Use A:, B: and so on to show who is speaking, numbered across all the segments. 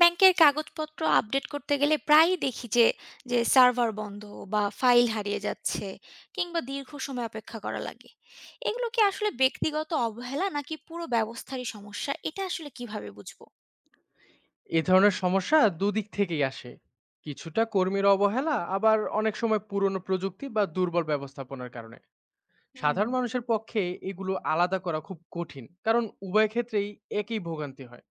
A: ব্যাংকের কাগজপত্র আপডেট করতে গেলে প্রায়ই দেখি যে যে সার্ভার বন্ধ বা ফাইল হারিয়ে যাচ্ছে কিংবা দীর্ঘ সময় অপেক্ষা করা লাগে। এগুলো কি আসলে ব্যক্তিগত অবহেলা নাকি পুরো ব্যবস্থারই সমস্যা? এটা আসলে কিভাবে বুঝবো?
B: এ ধরনের সমস্যা দুদিক থেকেই আসে। কিছুটা কর্মীর অবহেলা, আবার অনেক সময় পুরনো প্রযুক্তি বা দুর্বল ব্যবস্থাপনার কারণে।
A: হুম।
B: সাধারণ মানুষের পক্ষে এগুলো আলাদা করা খুব কঠিন, কারণ উভয় ক্ষেত্রেই একই ভোগান্তি হয়।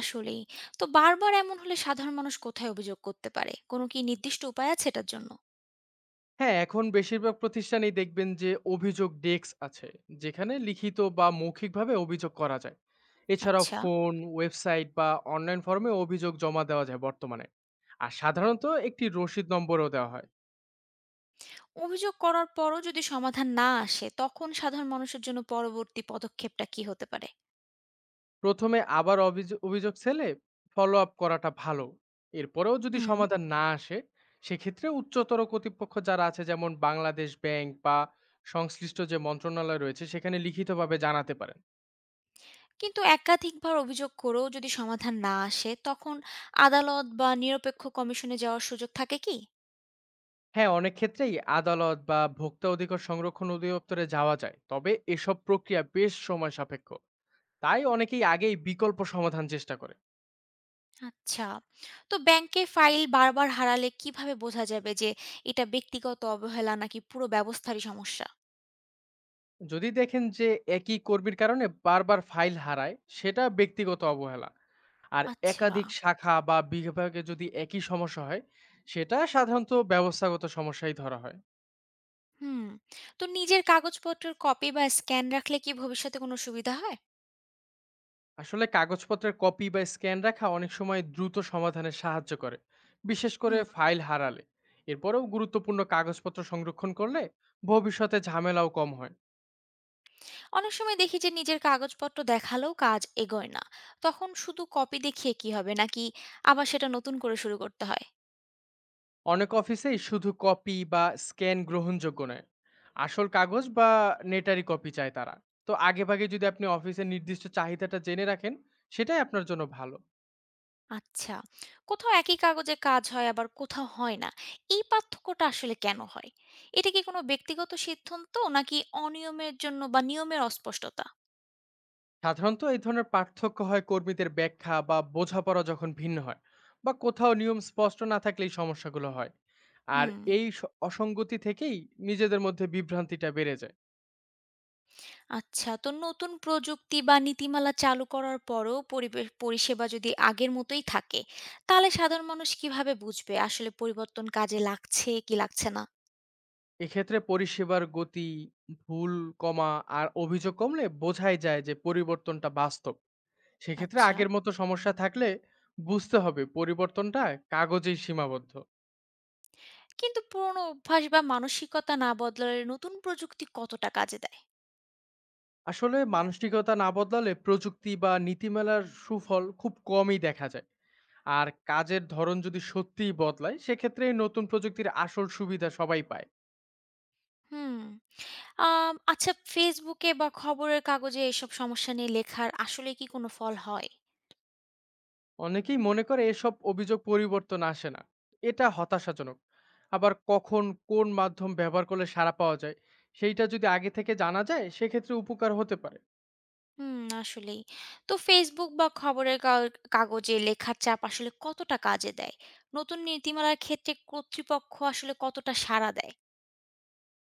A: আসলেই। তো বারবার এমন হলে সাধারণ মানুষ কোথায় অভিযোগ করতে পারে? কোনো কি নির্দিষ্ট উপায় আছে এটার জন্য?
B: হ্যাঁ, এখন বেশিরভাগ প্রতিষ্ঠানেই দেখবেন যে অভিযোগ ডেস্ক আছে, যেখানে লিখিত বা মৌখিকভাবে অভিযোগ করা যায়। এছাড়াও
A: আচ্ছা।
B: ফোন, ওয়েবসাইট বা অনলাইন ফর্মে অভিযোগ জমা দেওয়া যায় বর্তমানে। আর সাধারণত একটি রসিদ নম্বরও দেওয়া হয়।
A: অভিযোগ করার পরও যদি সমাধান না আসে তখন সাধারণ মানুষের জন্য পরবর্তী পদক্ষেপটা কি হতে পারে?
B: প্রথমে আবার অভিযোগ অভিযোগ সেলে ফলো আপ করাটা ভালো। এরপরেও যদি
A: হুম।
B: সমাধান না আসে, সেক্ষেত্রে উচ্চতর কর্তৃপক্ষ যারা আছে, যেমন বাংলাদেশ ব্যাংক বা সংশ্লিষ্ট যে মন্ত্রণালয় রয়েছে, সেখানে লিখিতভাবে জানাতে পারেন।
A: কিন্তু একাধিকবার অভিযোগ করেও যদি সমাধান না আসে, তখন আদালত বা নিরপেক্ষ কমিশনে যাওয়ার সুযোগ থাকে কি?
B: হ্যাঁ, অনেক ক্ষেত্রেই আদালত বা ভোক্তা অধিকার সংরক্ষণ অধিদপ্তরে যাওয়া যায়, তবে এসব প্রক্রিয়া বেশ সময় সাপেক্ষ। তাই অনেকেই আগেই বিকল্প সমাধান চেষ্টা করে।
A: আচ্ছা। তো ব্যাংকে ফাইল বারবার হারালে কিভাবে বোঝা যাবে যে এটা ব্যক্তিগত অবহেলা নাকি পুরো ব্যবস্থারই সমস্যা?
B: যদি দেখেন যে একই কর্মীর কারণে বারবার ফাইল হারায়, সেটা ব্যক্তিগত অবহেলা। আর
A: আচ্ছা।
B: একাধিক শাখা বা বিভাগে যদি একই সমস্যা হয়, সেটা সাধারণত ব্যবস্থাগত সমস্যাই ধরা হয়।
A: হুম। তো নিজের কাগজপত্রের কপি বা স্ক্যান রাখলে কি ভবিষ্যতে কোনো সুবিধা হয়?
B: আসলে কাগজপত্রের কপি বা স্ক্যান রাখা অনেক সময় দ্রুত সমাধানে সাহায্য করে, বিশেষ করে
A: হুম।
B: ফাইল হারালে। এরপরেও গুরুত্বপূর্ণ কাগজপত্র সংরক্ষণ করলে ভবিষ্যতে ঝামেলাও কম হয়।
A: অনেক সময় দেখি যে নিজের কাগজপত্র দেখালেও কাজ এগোয় না। তখন শুধু কপি দেখিয়ে কি হবে? নাকি আবার সেটা নতুন করে শুরু করতে হয়?
B: অনেক অফিসেই শুধু কপি বা স্ক্যান গ্রহণযোগ্য নয়, আসল কাগজ বা নেটারি কপি চায় তারা। তো আগে ভাগে যদি আপনি অফিসের নির্দিষ্ট চাহিদাটা জেনে রাখেন, সেটাই আপনার জন্য ভালো।
A: আচ্ছা। কোথাও একই কাগজে কাজ হয় আবার কোথাও হয় না। এই পার্থক্যটা আসলে কেন হয়? এটা কি কোনো ব্যক্তিগত সিদ্ধান্ত নাকি অনিয়মের জন্য বা নিয়মের অস্পষ্টতা?
B: সাধারণত এই ধরনের পার্থক্য হয় কর্মীদের ব্যাখ্যা বা বোঝাপড়া যখন ভিন্ন হয়, বা কোথাও নিয়ম স্পষ্ট না থাকলে এই সমস্যাগুলো হয়। আর
A: হুম,
B: এই অসঙ্গতি থেকেই নিজেদের মধ্যে বিভ্রান্তিটা বেড়ে যায়।
A: আচ্ছা। তো নতুন প্রযুক্তি বা নীতিমালা চালু করার পরেও পরিবেশ পরিষেবা যদি আগের মতোই থাকে, তাহলে সাধারণ মানুষ কিভাবে বুঝবে আসলে পরিবর্তন কাজে লাগছে কি লাগছে না?
B: এক্ষেত্রে পরিষেবার গতি, ভুল কমা আর অভিযোগ কমলে বোঝাই যায় যে পরিবর্তনটা বাস্তব। সেক্ষেত্রে
A: আচ্ছা।
B: আগের মতো সমস্যা থাকলে বুঝতে হবে পরিবর্তনটা কাগজেই সীমাবদ্ধ।
A: কিন্তু পুরনো অভ্যাস বা মানসিকতা না বদলালে নতুন প্রযুক্তি কতটা কাজে দেয়?
B: আসলে মানসিকতা না বদলালে প্রযুক্তি বা নীতিমালার সুফল খুব কমই দেখা যায়। আর কাজের ধরন যদি সত্যিই বদলায়, সেক্ষেত্রে এই নতুন প্রযুক্তির আসল সুবিধা সবাই পায়।
A: হুম। আচ্ছা, Facebook এ বা খবরের কাগজে এসব সমস্যা নিয়ে লেখার আসলে কি কোনো ফল হয়?
B: অনেকেই মনে করে এসব অভিযোগ পরিবর্তন আসে না, এটা হতাশাজনক। আবার কখন কোন মাধ্যম ব্যবহার করলে সাড়া পাওয়া যায়, সেইটা যদি আগে থেকে জানা যায়, সেক্ষেত্রে উপকার হতে পারে।
A: হুম, আসলেই। তো Facebook বা খবরের কাগ কাগজে লেখার চাপ আসলে কতটা কাজে দেয়? নতুন নীতিমালার ক্ষেত্রে কর্তৃপক্ষ আসলে কতটা সাড়া দেয়?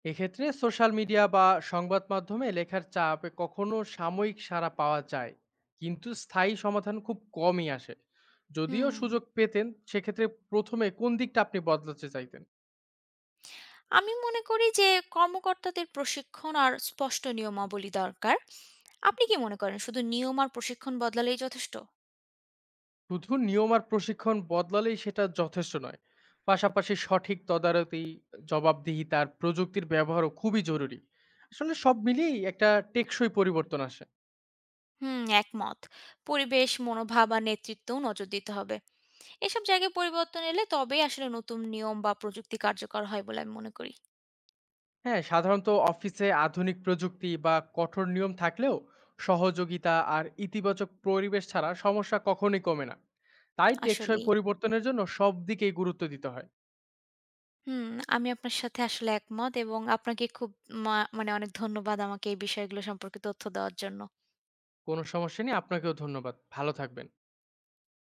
B: এক্ষেত্রে সোশ্যাল মিডিয়া বা সংবাদ মাধ্যমে লেখার চাপে কখনো সাময়িক সাড়া পাওয়া যায়, কিন্তু স্থায়ী সমাধান খুব কমই আসে। যদিও
A: হুম,
B: সুযোগ পেতেন, সেক্ষেত্রে প্রথমে কোন দিকটা আপনি বদলাতে চাইতেন?
A: আমি মনে করি যে কর্মকর্তাদের প্রশিক্ষণ আর স্পষ্ট নিয়মাবলী দরকার। আপনি কি মনে করেন শুধু নিয়ম আর প্রশিক্ষণ বদলালেই যথেষ্ট?
B: শুধু নিয়ম আর প্রশিক্ষণ বদলালেই সেটা যথেষ্ট নয়। পাশাপাশি সঠিক তদারকি, জবাবদিহিতা আর প্রযুক্তির ব্যবহারও খুবই জরুরি। আসলে সব মিলিয়েই একটা টেকসই পরিবর্তন আসে।
A: হুম, একমত। পরিবেশ, মনোভাব আর নেতৃত্বেও নজর দিতে হবে। এসব জায়গায় পরিবর্তন এলে তবেই আসলে নতুন নিয়ম বা প্রযুক্তি কার্যকর হয় বলে আমি মনে করি।
B: হ্যাঁ, সাধারণত অফিসে আধুনিক প্রযুক্তি বা কঠোর নিয়ম থাকলেও সহযোগিতা আর ইতিবাচক পরিবেশ ছাড়া সমস্যা কখনোই কমে না। তাই টেকসই
A: আসলেই।
B: পরিবর্তনের জন্য সব দিকেই গুরুত্ব দিতে হয়।
A: হুম, আমি আপনার সাথে আসলে একমত এবং আপনাকে খুব মানে অনেক ধন্যবাদ আমাকে এই বিষয়গুলো সম্পর্কে তথ্য দেওয়ার জন্য।
B: কোনো সমস্যা নেই, আপনাকেও ধন্যবাদ, ভালো থাকবেন।